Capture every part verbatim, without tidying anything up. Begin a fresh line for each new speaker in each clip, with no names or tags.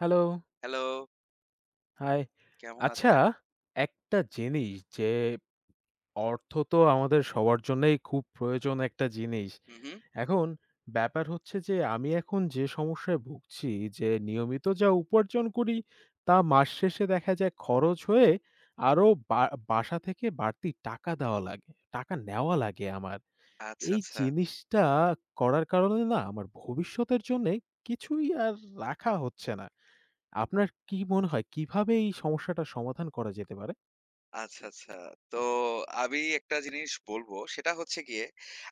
Hello,
hello,
high.
কেমন
আচ্ছা,
আছেন?
একটা জিনিস যে অর্থ তো আমাদের সবার জন্যই খুব প্রয়োজন একটা জিনিস।
হু, হু।
এখন ব্যাপার হচ্ছে যে আমি এখন যে সমস্যায় ভুগছি যে নিয়মিত যা উপার্জন করি তা মাস শেষে দেখা যায় খরচ হয়ে আরো বা বাসা থেকে বাড়তি টাকা দেওয়া লাগে, টাকা নেওয়া লাগে আমার।
আচ্ছা,
এই
আচ্ছা,
জিনিসটা করার কারণে না আমার ভবিষ্যতের জন্যে কিছুই আর রাখা হচ্ছে না। আপনার কি মনে হয় কিভাবে এই সমস্যাটার সমাধান করা যেতে পারে?
আচ্ছা, আচ্ছা। তো আমি একটা জিনিস বলবো সেটা হচ্ছে গিয়ে,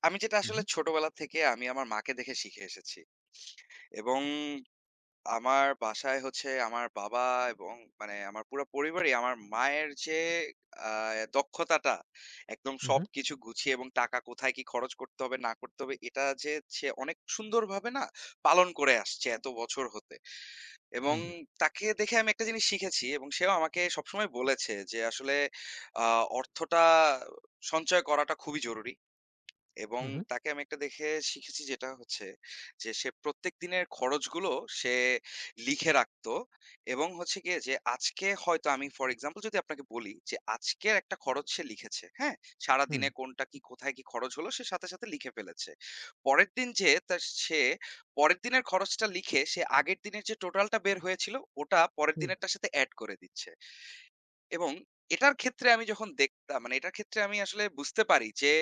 আমি যেটা আসলে
উহু,
ছোটবেলা থেকে আমি আমার মাকে দেখে শিখে এসেছি। এবং আমার বাসায় হচ্ছে আমার বাবা এবং মানে আমার পুরো পরিবারই আমার মায়ের যে আ দক্ষতাটা একদম
উহু,
সবকিছু গুছিয়ে এবং টাকা কোথায় কি খরচ করতে হবে না করতে হবে এটা যে সে অনেক সুন্দরভাবে না পালন করে আসছে এত বছর হতে। এবং
উহু,
তাকে দেখে আমি একটা জিনিস শিখেছি এবং সেও আমাকে সবসময় বলেছে যে আসলে আ অর্থটা সঞ্চয় করাটা খুবই জরুরি। এবং
উহু,
তাকে আমি একটা দেখে শিখেছি যেটা হচ্ছে যে সে প্রত্যেক দিনের খরচগুলো সে লিখে রাখতো এবং হচ্ছে গিয়ে যে আজকে হয়তো আমি ফর এক্সাম্পল যদি আপনাকে বলি যে আজকের একটা খরচ সে লিখেছে, হ্যাঁ, সারা
হুম,
দিনে কোনটা কি কোথায় কি খরচ হলো সে সাথে সাথে লিখে ফেলেছে। পরের দিন যে তার সে পরের দিনের খরচটা লিখে সে আগের দিনের যে টোটালটা বের হয়েছিল ওটা পরের
হুম,
দিনেরটার সাথে অ্যাড করে দিচ্ছে। এবং এটার ক্ষেত্রে আমি যখন দেখতাম মানে এটার ক্ষেত্রে আমি আসলে বুঝতে পারি যে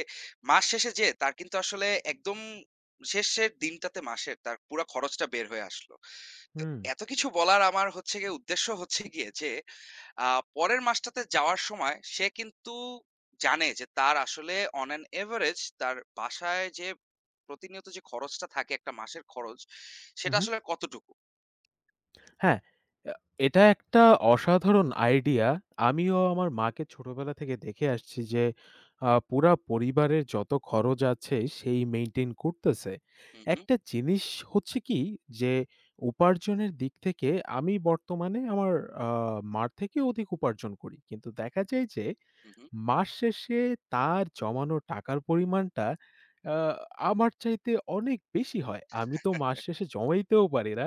মাস শেষে যেয়ে তার কিন্তু আসলে একদম শেষের দিনটাতে মাসের তার পুরা খরচটা বের হয়ে আসলো। তো
হুম,
এত কিছু বলার আমার হচ্ছে গিয়ে উদ্দেশ্য হচ্ছে গিয়ে যে আ পরের মাসটাতে যাওয়ার সময় সে কিন্তু জানে যে তার আসলে on an average তার বাসায় যে প্রতিনিয়ত যে খরচটা থাকে একটা মাসের খরচ সেটা
উহু।
আসলে কতটুকু?
হ্যাঁ, আ এটা একটা অসাধারণ আইডিয়া। আমিও আমার মাকে ছোটবেলা থেকে দেখে আসছি যে আ পুরা পরিবারের যত খরচ আছে সেই মেইনটেইন করতেছে।
হু, হু,
একটা জিনিস হচ্ছে কি যে উপার্জনের দিক থেকে আমি বর্তমানে আমার আ মার থেকে অধিক উপার্জন করি। কিন্তু দেখা যায় যে
হু, হু।
মাস শেষে তার জমানো টাকার পরিমাণটা আ আমার চাইতে অনেক বেশি হয়। আমি তো মাস শেষে জমাইতেও পারি না।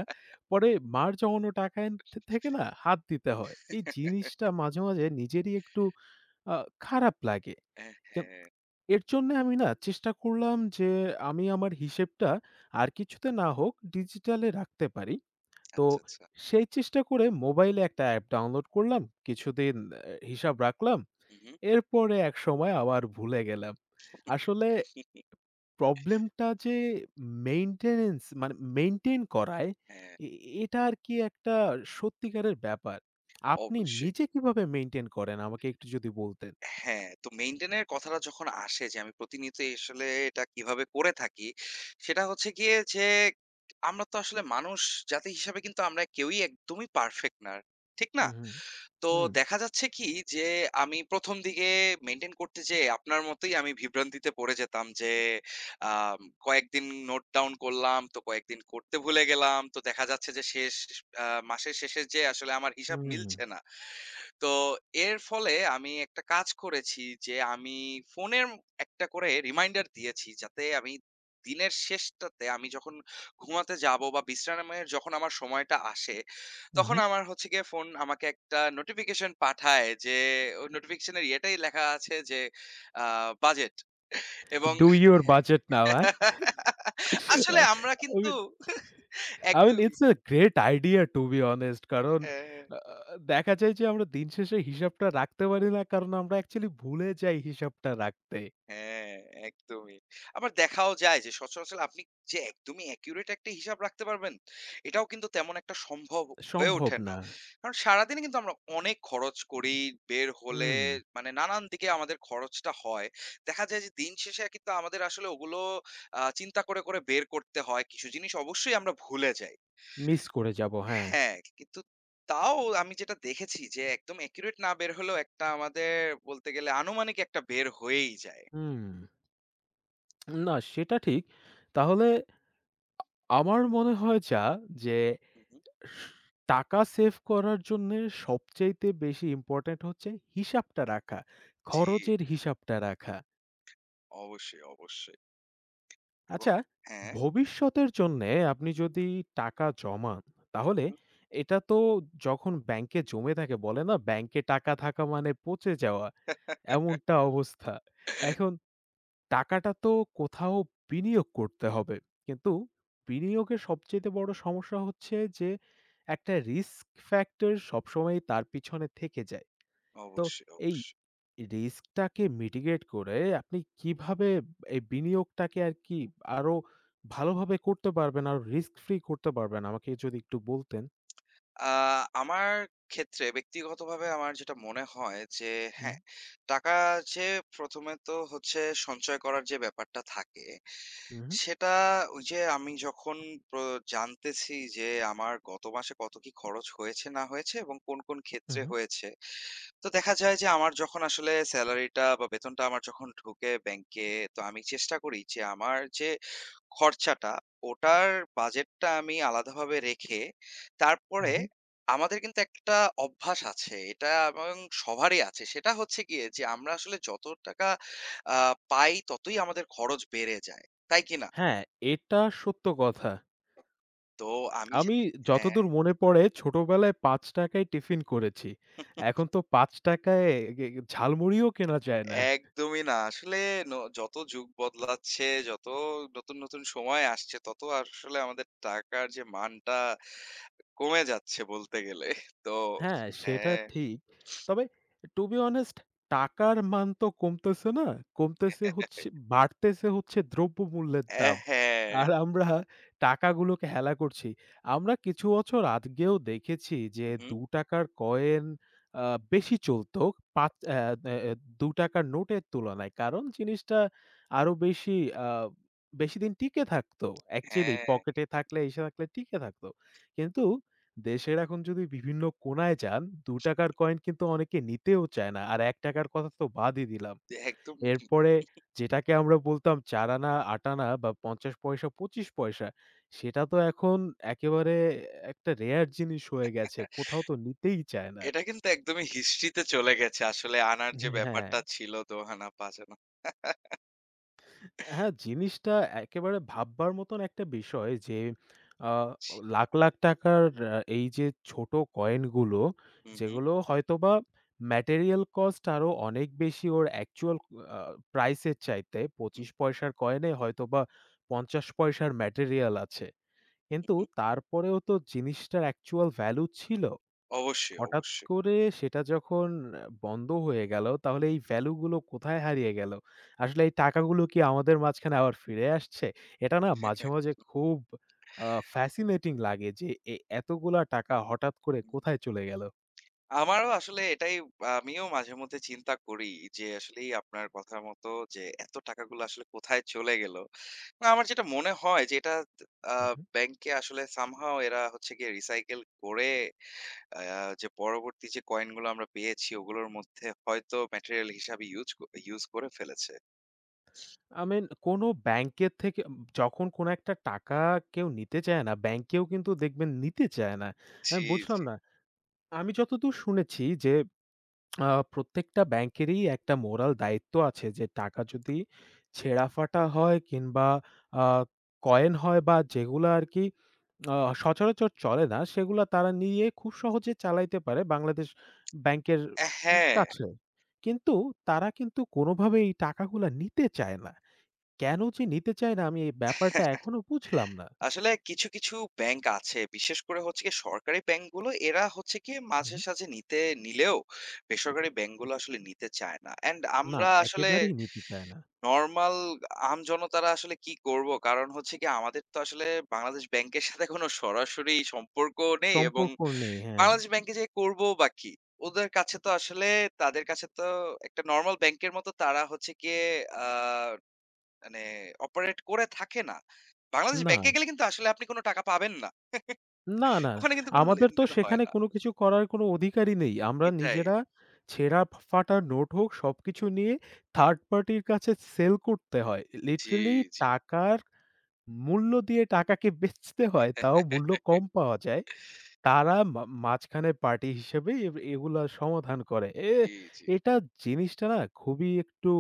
পরে মার জমানো টাকা এন থে থেকে না হাত দিতে হয়। এই জিনিসটা মাঝে, মাঝে নিজেরই একটু আ খারাপ লাগে।
হ্যাঁ,
কেন এর জন্যে আমি না চেষ্টা করলাম যে আমি আমার হিসেবটা আর কিছুতে না হোক ডিজিটালে রাখতে পারি। তো
আচ্ছা, আচ্ছা।
সেই চেষ্টা করে মোবাইলে একটা অ্যাপ ডাউনলোড করলাম। কিছুদিন অ্যা হিসাব রাখলাম।
হু, হু।
এরপরে একসময় আবার ভুলে গেলাম। আসলে প্রবলেমটা যে মেইনটেন্যান্স মানে মেইনটেইন করায়
হ্যাঁ,
এ এটা আরকি একটা সত্যিকারের ব্যাপার। আপনি
অবশ্যই।
নিজে কিভাবে মেইনটেইন করেন আমাকে একটু যদি বলতেন?
হ্যাঁ, তো মেইনটেইন এর কথাটা যখন আসে যে আমি প্রতিনিয়তই আসলে এটা কিভাবে করে থাকি, সেটা হচ্ছে গিয়ে যে আমরা তো আসলে মানুষ জাতি হিসাবে কিন্তু আমরা কেউই একদমই পারফেক্ট না। ঠিক না?
হুম,
তো
হুম,
দেখা যাচ্ছে কি যে আমি প্রথম দিকে মেইনটেইন করতে যেয়ে আপনার মতোই আমি বিভ্রান্তিতে পড়ে যেতাম যে আম কয়েকদিন নোট ডাউন করলাম, তো কয়েকদিন করতে ভুলে গেলাম। তো দেখা যাচ্ছে যে শেষ আ মাসের শেষে যেয়ে আসলে আমার
হুম,
হিসাব
হুম, হুম।
মিলছে না। তো এর ফলে আমি একটা কাজ করেছি যে আমি ফোনের একটা করে রিমাইন্ডার দিয়েছি যাতে আমি দিনের শেষটাতে আমি যখন ঘুমাতে যাব বা বিশ্রামের যখন আমার সময়টা আসে তখন
উহু।
আমার হচ্ছে গিয়ে ফোন আমাকে একটা নোটিফিকেশন পাঠায় যে ওই নোটিফিকেশনের ইয়েটাই লেখা আছে যে বাজেট এবং।
Do your budget now, হ্যাঁ? আ
আসলে আমরা
আমি
কিন্তু
I mean,
একদমই
it's a great idea to be honest, কারণ
হ্যাঁ।
আ দেখা যায় যে আমরা দিন শেষে হিসাবটা রাখতে পারি না কারণ আমরা অ্যাকচুয়ালি ভুলে যাই হিসাবটা রাখতে।
হ্যাঁ, একদমই। আবার দেখাও যায় যে সচরাচর আপনি যে একদমই অ্যাকুরেট একটা হিসাব রাখতে পারবেন, এটাও কিন্তু তেমন একটা সম্ভব হয়ে
সম্ভব
ওঠে না।
না।
কারণ সারাদিনে কিন্তু আমরা অনেক খরচ করি, বের হলে
হুম,
মানে নানান দিকে আমাদের খরচটা হয়। দেখা যায় যে দিন শেষে কিন্তু আমাদের আসলে ওগুলো আ চিন্তা করে, করে বের করতে হয়। কিছু জিনিস অবশ্যই আমরা ভুলে যাই।
মিস করে যাব, হ্যাঁ।
হ্যাঁ, কিন্তু তাও আমি যেটা দেখেছি যে একদম অ্যাকুরেট না বের হলেও একটা আমাদের বলতে গেলে আনুমানিক একটা বের হয়েই যায়।
হুম, না সেটা ঠিক। তাহলে আমার মনে হয় যা যে
হু, হু।
স টাকা সেভ করার জন্যে সবচাইতে বেশি ইম্পোর্টেন্ট হচ্ছে হিসাবটা রাখা।
জি।
খরচের হিসাবটা রাখা।
অবশ্যই, অবশ্যই এবং
আচ্ছা,
হ্যাঁ।
ভবিষ্যতের জন্যে আপনি যদি টাকা জমান, তাহলে
হুম।
এটা তো, যখন ব্যাংকে জমে থাকে বলে না, ব্যাংকে টাকা থাকা মানে পচে যাওয়া, এমনটা অবস্থা। এখন টাকাটা তো কোথাও বিনিয়োগ করতে হবে। কিন্তু বিনিয়োগের সবচাইতে বড় সমস্যা হচ্ছে যে, একটা রিস্ক ফ্যাক্টর সবসময়ই তার পিছনে থেকে যায়। তো
অবশ্যই,
এই
অবশ্যই।
রিস্কটাকে মিটিগেট করে আপনি কিভাবে এই বিনিয়োগটাকে আর কি আরো ভালোভাবে করতে পারবেন, আরো রিস্ক ফ্রি করতে পারবেন আমাকে যদি একটু বলতেন?
আ আমার ক্ষেত্রে ব্যক্তিগতভাবে আমার যেটা মনে হয় যে
হুম,
হ্যাঁ, টাকা যে প্রথম এ তো হচ্ছে সঞ্চয় করার যে ব্যাপারটা থাকে,
হুম,
সেটা ওই যে আমি যখন প্র জানতেছি যে আমার গত মাসে কত কি খরচ হয়েছে না হয়েছে এবং কোন, কোন
হুম,
ক্ষেত্রে
হুম।
হয়েছে। তো দেখা যায় যে আমার যখন আসলে সেলারিটা বা বেতনটা আমার যখন ঢোকে ব্যাংকে, তো আমি চেষ্টা করি যে আমার যে খরচাটা, ওটার বাজেটটা আমি আলাদাভাবে রেখে, তারপরে
হুম।
আমাদের কিন্তু একটা অভ্যাস আছে। এটা এবং সবারই আছে। সেটা হচ্ছে গিয়ে যে আমরা আসলে যত টাকা আ পাই ততই আমাদের খরচ বেড়ে যায়। তাই কি না?
হ্যাঁ, এটা সত্য কথা।
তো আমি যে
আমি
হ্যাঁ,
যতদূর মনে পড়ে ছোটবেলায় পাঁচ টাকা য় টিফিন করেছি। এখন তো পাঁচ টাকা য় গে ঝালমুড়িও কেনা যায় না।
একদমই না। আসলে ন যত যুগ বদলাচ্ছে, যত নতুন, নতুন সময় আসছে তত আসলে আমাদের টাকার যে মানটা কমে যাচ্ছে বলতে গেলে। তো
হ্যাঁ, সেটা
হ্যাঁ।
ঠিক। তবে, to be honest, টাকার মান তো কমতেছে না। কমতেছে হচ্ছে বাড়তেছে হচ্ছে দ্রব্যমূল্যের
অ্যা
দাম।
হ্যাঁ,
আর আমরা টাকাগুলোকে হেলা করছি। আমরা কিছু বছর আগেও দেখেছি যে
হুম,
দুই টাকা র কয়েন আ বেশি চলতো। পাঁচ অ্যা অ্যা অ্যা দুই টাকা র নোটের তুলনায়। কারণ জিনিসটা আরো বেশি আ বেশিদিন টিকে থাকতো। অ্যাকচুয়ালি
হ্যাঁ,
পকেটে থাকলে, এসে থাকলে টিকে থাকতো। কিন্তু দেশের এখন যদি বিভিন্ন কোণায় যান, দুই টাকা র কয়েন কিন্তু অনেকে নিতেও চায় না। আর এক টাকা র কথা তো বাদই দিলাম।
একদম।
এরপরে যেটাকে আমরা বলতাম চার আনা, আট আনা বা পঞ্চাশ পয়সা, পঁচিশ পয়সা, সেটা তো এখন একেবারে একটা রেয়ার জিনিস হয়ে গেছে। কোথাও তো নিতেই চায় না।
এটা কিন্তু একদমই হিস্ট্রিতে চলে গেছে আসলে আনার যে
হ্যাঁ।
ব্যাপারটা ছিল দোহানা পাজানো।
হ্যাঁ, জিনিসটা একেবারে ভাববার মতন একটা বিষয় যে আ লাখ, লাখ টাকার আ এই যে ছোট কয়েনগুলো
হুম, হুম,
যেগুলো হয়তোবা ম্যাটেরিয়াল কস্ট আরো অনেক বেশি ওর অ্যাকচুয়াল আ প্রাইস এর চাইতে
হুম,
পঁচিশ পয়সার কয়েনে হয়তোবা পঞ্চাশ পয়সার ম্যাটেরিয়াল আছে। কিন্তু তারপরেও তো জিনিসটার অ্যাকচুয়াল ভ্যালু ছিল।
অবশ্যই,
হঠাৎ
অবশ্যই।
করে সেটা যখন বন্ধ হয়ে গেল, তাহলে এই ভ্যালু গুলো কোথায় হারিয়ে গেল? আসলে এই টাকাগুলো কি আমাদের মাঝখানে আবার ফিরে আসছে? এটা না মাঝে, মাঝে খুব আ ফ্যাসিনেটিং লাগে যে এ এতগুলা টাকা হঠাৎ করে কোথায় চলে গেল?
আমারও আসলে এটাই আমিও মাঝে মধ্যে চিন্তা করি যে আসলেই আপনার কথার মতো যে এত টাকাগুলো আসলে কোথায় চলে গেল। না আমার যেটা মনে হয় যে এটা আ
হুম, হুম।
ব্যাংকে আসলে somehow এরা হচ্ছে গিয়ে recycle করে আ যে পরবর্তী যে কয়েন গুলো আমরা পেয়েছি ওগুলোর মধ্যে হয়তো ম্যাটেরিয়াল হিসাবে ইউজ ক ইউজ করে ফেলেছে।
I mean, কোনো ব্যাংকের থেকে উম যখন কোনো একটা টাকা কেউ নিতে চায় না, ব্যাংকেও কিন্তু দেখবেন নিতে চায় না। আমি
জি,
বুঝলাম
জি।
না। আমি যতদূর শুনেছি যে আ প্রত্যেকটা ব্যাংকেরই একটা মোরাল দায়িত্ব আছে যে টাকা যদি ছেঁড়া-ফাটা হয় কিংবা আ কয়েন হয় বা যেগুলা আরকি আ সচরাচর চলে না, সেগুলা তারা নিয়ে খুব সহজে চালাইতে পারে বাংলাদেশ ব্যাংকের
আ
উম
হ্যাঁ।
কাছে। কিন্তু তারা কিন্তু কোনোভাবেই এই টাকাগুলা নিতে চায় না। কেন যে নিতে চায় না আমি এই ব্যাপারটা এখনো বুঝলাম না।
আসলে কিছু, কিছু ব্যাংক আছে। বিশেষ করে হচ্ছে গিয়ে সরকারি ব্যাংকগুলো এরা হচ্ছে গিয়ে
হুম।
মাঝে সাঝে নিতে নিলেও বেসরকারি ব্যাংকগুলো আসলে নিতে চায় না। অ্যান্ড
না,
আমরা আসলে
একেবারেই নিতে চায় না।
নরমাল আম জনতারা আসলে কি করব? কারণ হচ্ছে গিয়ে আমাদের তো আসলে বাংলাদেশ ব্যাংকের সাথে কোনো সরাসরি সম্পর্কও নেই এবং
সম্পর্ক নেই, হ্যাঁ।
বাংলাদেশ ব্যাংকে যেয়ে করবো বা কি? ওদের কাছে তো আসলে তাদের কাছে তো একটা নরমাল ব্যাংকের মতো তারা হচ্ছে গিয়ে আ মানে অপারেট করে থাকে না। বাংলাদেশ
না।
ব্যাংকে গেলে কিন্তু আসলে আপনি কোন টাকা পাবেন না।
না, না, না।
ওখানে কিন্তু কোন
আমাদের তো
লেনদেন হয়
সেখানে
না।
কোনো কিছু করার কোনো অধিকারই নেই। আমরা
এটাই।
নিজেরা ছেঁড়া ফ ফাটা নোট হোক সবকিছু নিয়ে থার্ড পার্টির কাছে সেল করতে হয়।
জি,
লিটারেলি
জি।
টাকার মূল্য দিয়ে টাকাকে বেচতে হয়। তাও মূল্য কম পাওয়া যায়। তারা মা মাঝখানে পার্টি হিসেবে এ এগুলা সমাধান করে। এ
জি, জি।
এটা জিনিসটা না খুবই একটু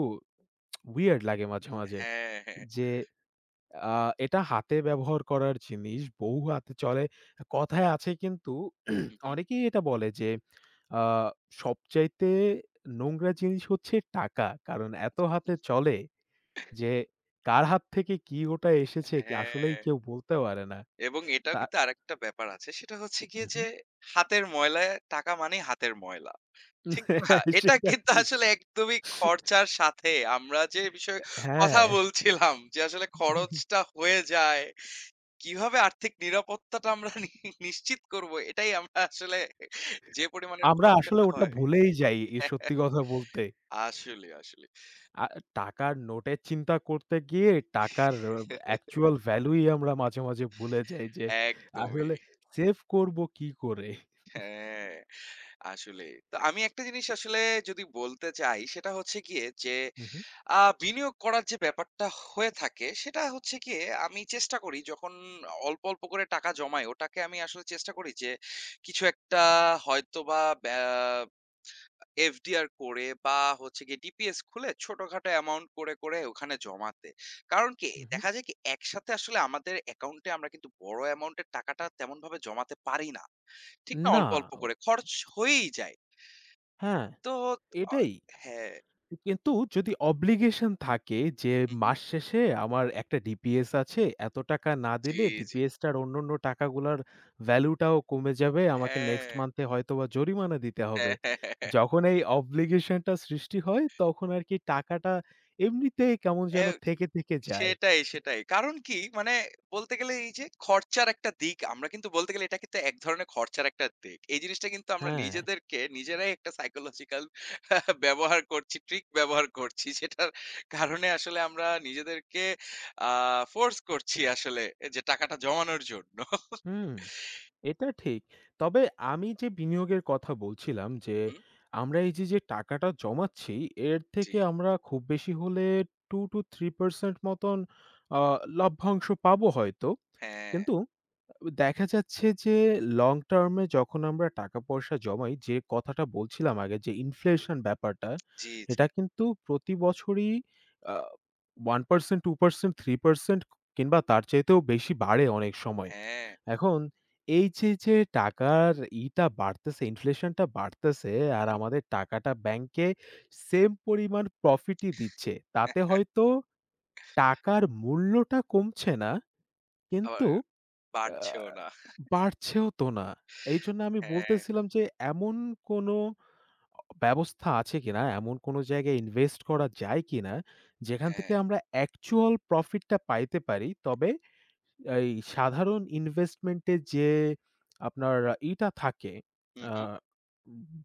weird লাগে মাঝে, মাঝে
হ্যাঁ, হ্যাঁ।
যে আ এটা হাতে ব্যবহার করার জিনিস। বহু হাতে চলে। কথায় আছে কিন্তু
হুম, হুম।
অনেকেই এটা বলে যে, আ সবচাইতে নোংরা জিনিস হচ্ছে টাকা। কারণ এত হাতে চলে যে কার হাত থেকে কি ওটা এসেছে, কি আসলেই
হ্যাঁ।
কেউ বলতে পারে না।
এবং এটাও
তা
কিন্তু আরেকটা ব্যাপার আছে। সেটা হচ্ছে
হু,
গিয়ে
হু।
যে হাতের ময়লায় টাকা মানেই হাতের ময়লা। ঠিক না। এটা
সেটা
কিন্তু
ঠিক।
আসলে একদমই খরচার সাথে আমরা যে বিষয়ে
হ্যাঁ।
কথা বলছিলাম যে আসলে খরচটা হয়ে যায়। কিভাবে আর্থিক নিরাপত্তাটা আমরা নি নিশ্চিত করব এটাই আমরা আসলে যে পরিমাণের
আমরা আসলে
খরচাটা
ওটা
হয়।
ভুলেই যাই, এ সত্যি কথা বলতে।
আসলে, আসলে।
আ টাকার নোটের চিন্তা করতে গিয়ে টাকার অ্যাকচুয়াল ভ্যালুই আমরা মাঝে, মাঝে ভুলে যাই যে
একদমই।
আসলে সেভ করব কি করে?
হ্যাঁ, আসলেই। তো আমি একটা জিনিস আসলে যদি বলতে চাই সেটা হচ্ছে গিয়ে যে
হু, হু,
আ বিনিয়োগ করার যে ব্যাপারটা হয়ে থাকে, সেটা হচ্ছে গিয়ে আমি চেষ্টা করি যখন অল্প, অল্প করে টাকা জমাই, ওটাকে আমি আসলে চেষ্টা করি যে কিছু একটা হয়তোবা ব্যা এফডিআর করে বা হচ্ছে গিয়ে ডিপিএস খুলে ছোটখাটো অ্যামাউন্ট করে, করে ওখানে জমাতে। কারণ কি?
হু, হু।
দেখা যায় কি? একসাথে আসলে আমাদের অ্যাকাউন্টে আমরা কিন্তু বড় অ্যামাউন্টের টাকাটা তেমনভাবে জমাতে পারি না। ঠিক না?
না,
অল্প, অল্প করে খরচ হয়েই যায়।
হ্যাঁ।
তো অ
এটাই।
হ্যাঁ।
কিন্তু যদি অব্লিগেশন থাকে যে
হু, হু।
মাস শেষে আমার একটা ডিপিএস আছে, এত টাকা না
জি,
দিলে
জি।
ডিপিএসটার অন্যান্য টাকাগুলার ভ্যালুটাও কমে যাবে। আমাকে নেক্সট
হ্যাঁ।
মান্থে হয়তোবা জরিমানা দিতে হবে।
হ্যাঁ, হ্যাঁ, হ্যাঁ, হ্যাঁ।
যখন এই অব্লিগেশনটা সৃষ্টি হয় তখন আরকি টাকাটা এমনিতেই কেমন
এ
যেন থেকে, থেকে যায়।
সেটাই, সেটাই। কারণ কি মানে বলতে গেলে এই যে খরচার একটা দিক আমরা কিন্তু বলতে গেলে এটা কিন্তু এক ধরনের খরচার একটা দিক। এই জিনিসটা কিন্তু আমরা
হ্যাঁ,
নিজেদেরকে নিজেরাই একটা সাইকোলজিক্যাল ব্যবহার করছি, ট্রিক ব্যবহার করছি। সেটার কারণে আসলে আমরা নিজেদেরকে আ ফোর্স করছি আসলে যে টাকাটা জমানোর জন্য।
হুম। এটা ঠিক। তবে আমি যে বিনিয়োগের কথা বলছিলাম যে,
হুম, হুম।
আমরা এই যে, যে, টাকাটা জমাচ্ছি এর
জি।
থেকে আমরা খুব বেশি হলে দুই to তিন পারসেন্ট মতন আ লভ্যাংশ পাবো হয়তো।
হ্যাঁ,
কিন্তু দেখা যাচ্ছে যে লং টার্ম এ যখন আমরা টাকা-পয়সা জমাই, যে কথাটা বলছিলাম আগে যে ইনফ্লেশন ব্যাপারটা,
জি,
এটা
জি।
কিন্তু প্রতি বছরই আ এক পারসেন্ট, দুই পারসেন্ট, তিন পারসেন্ট কিংবা তার চাইতেও বেশি বাড়ে অনেক সময়।
হ্যাঁ।
এখন এই যে, যে টাকার ইটা বাড়তেছে, ইনফ্লেশনটা বাড়তেছে
হুম,
আর
হুম।
আমাদের টাকাটা ব্যাংকে সেম পরিমাণ প্রফিটই দিচ্ছে।
হ্যাঁ,
তাতে হয়তো টাকার মূল্যটা কমছে না,
আবার
কিন্তু আ
বাড়ছেও না।
বাড়ছেও তো না। এইজন্য আমি
হ্যাঁ,
বলতেছিলাম যে এমন কোনো ব্যবস্থা আছে কিনা, এমন কোনো জায়গায় ইনভেস্ট করা যায় কিনা, যেখান থেকে
হ্যাঁ।
আমরা অ্যাকচুয়াল প্রফিটটা পাইতে পারি। তবে এই সাধারণ ইনভেস্টমেন্টে যে আপনার ইটা থাকে,
হুম,
আ
হুম।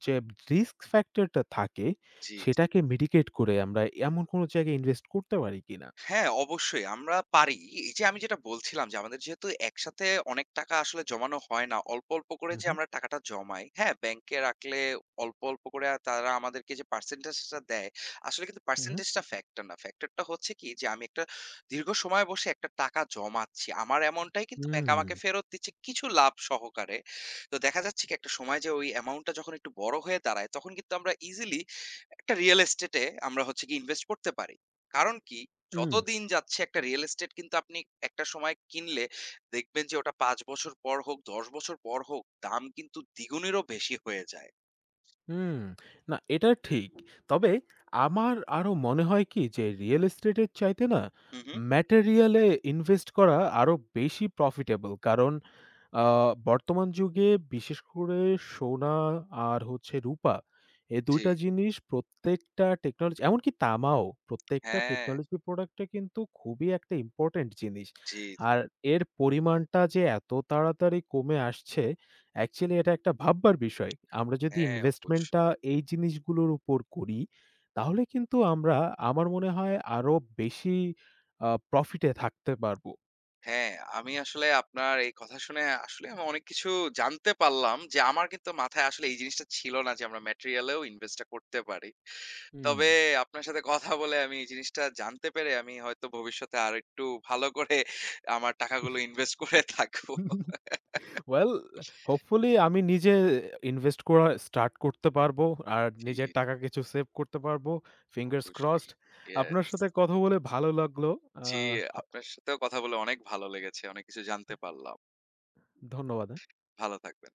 যে রিস্ক ফ্যাক্টরটা থাকে,
জি।
সেটাকে মিটিগেট করে আমরা এমন কোনো জায়গায় ইনভেস্ট করতে পারি কিনা?
হ্যাঁ, অবশ্যই আমরা পারি। এই যে আমি যেটা বলছিলাম যে আমাদের যেহেতু একসাথে অনেক টাকা আসলে জমানো হয় না। অল্প, অল্প করে
হু,
যে
হু,
আমরা টাকাটা জমাই, হ্যাঁ? ব্যাংকে রাখলে অল্প, অল্প করে আ তারা আমাদেরকে যে percentage টা দেয়, আসলে কিন্তু
হু, হু।
percentage টা ফ্যাক্টর না। ফ্যাক্টরটা হচ্ছে কি যে আমি একটা দীর্ঘ সময় বসে একটা টাকা জমাচ্ছি। আমার এমনটাই কিন্তু ব্যাংক
হুম,
আমাকে ফেরত দিচ্ছে কিছু লাভ সহকারে। তো দেখা যাচ্ছে কি একটা সময় যে ওই অ্যামাউন্টটা যখন একটু বড় হয়ে দাঁড়ায় তখন কিন্তু আমরা ইজিলি একটা রিয়াল এস্টেট এ আমরা হচ্ছে গিয়ে ইনভেস্ট করতে পারি। কারণ কি যত
হুম।
দিন যাচ্ছে একটা রিয়েল এস্টেট কিন্তু আপনি একটা সময় কিনলে দেখবেন যে ওটা পাঁচ বছর পর হোক, দশ বছর পর হোক দাম কিন্তু দ্বিগুণেরও বেশি হয়ে যায়।
হুম, না এটা ঠিক। তবে আমার আরো মনে হয় কি যে রিয়েল এস্টেটের চাইতে না
হুম, হুম।
ম্যাটেরিয়ালে ইনভেস্ট করা আরো বেশি প্রফিটেবল। কারণ আ বর্তমান যুগে বিশেষ করে সোনা আর হচ্ছে রূপা এই দুই
জি।
টা জিনিস প্রত্যেকটা টেকনোলজি, এমনকি তামাও, প্রত্যেকটা
হ্যাঁ,
টেকনোলজি প্রোডাক্টে কিন্তু খুবই একটা ইম্পোর্টেন্ট জিনিস।
জি, জি।
আর এর পরিমাণটা যে এত তাড়াতাড়ি কমে আসছে, অ্যাকচুয়ালি এটা একটা ভাববার বিষয়। আমরা যদি
হ্যাঁ, অবশ্যই।
ইনভেস্টমেন্টটা এই জিনিসগুলোর উপর করি তাহলে কিন্তু আমরা, আমার মনে হয়, আরো বেশি আ প্রফিটে থাকতে পারবো।
হ্যাঁ, আমি আসলে আপনার এই কথা শুনে আসলে আমি অনেক কিছু জানতে পারলাম যে আমার কিন্তু মাথায় আসলে এই জিনিসটা ছিল না যে আমরা ম্যাটেরিয়াল এও ইনভেস্ট টা করতে পারি।
হুম।
তবে আপনার সাথে কথা বলে আমি এই জিনিসটা জানতে পেরে আমি হয়তো ভবিষ্যতে আরেকটু ভালো করে আমার টাকাগুলো ইনভেস্ট করে থাকবো।
ওয়েল, হোপফুলি আমি নিজে ইনভেস্ট করা স্টার্ট করতে পারবো। আর
জি,
নিজের
জি,
টাকা কিছু সেভ করতে পারবো। ফিঙ্গারস
অবশ্যই।
ক্রসড। আপনার
ইয়েস।
সাথে কথা বলে ভালো লাগলো। আ
জি,
হ
আপনার সাথেও কথা বলে অনেক ভালো লেগেছে। অনেক কিছু জানতে পারলাম।
ধন্যবাদ। হ্যাঁ।
ভালো থাকবেন।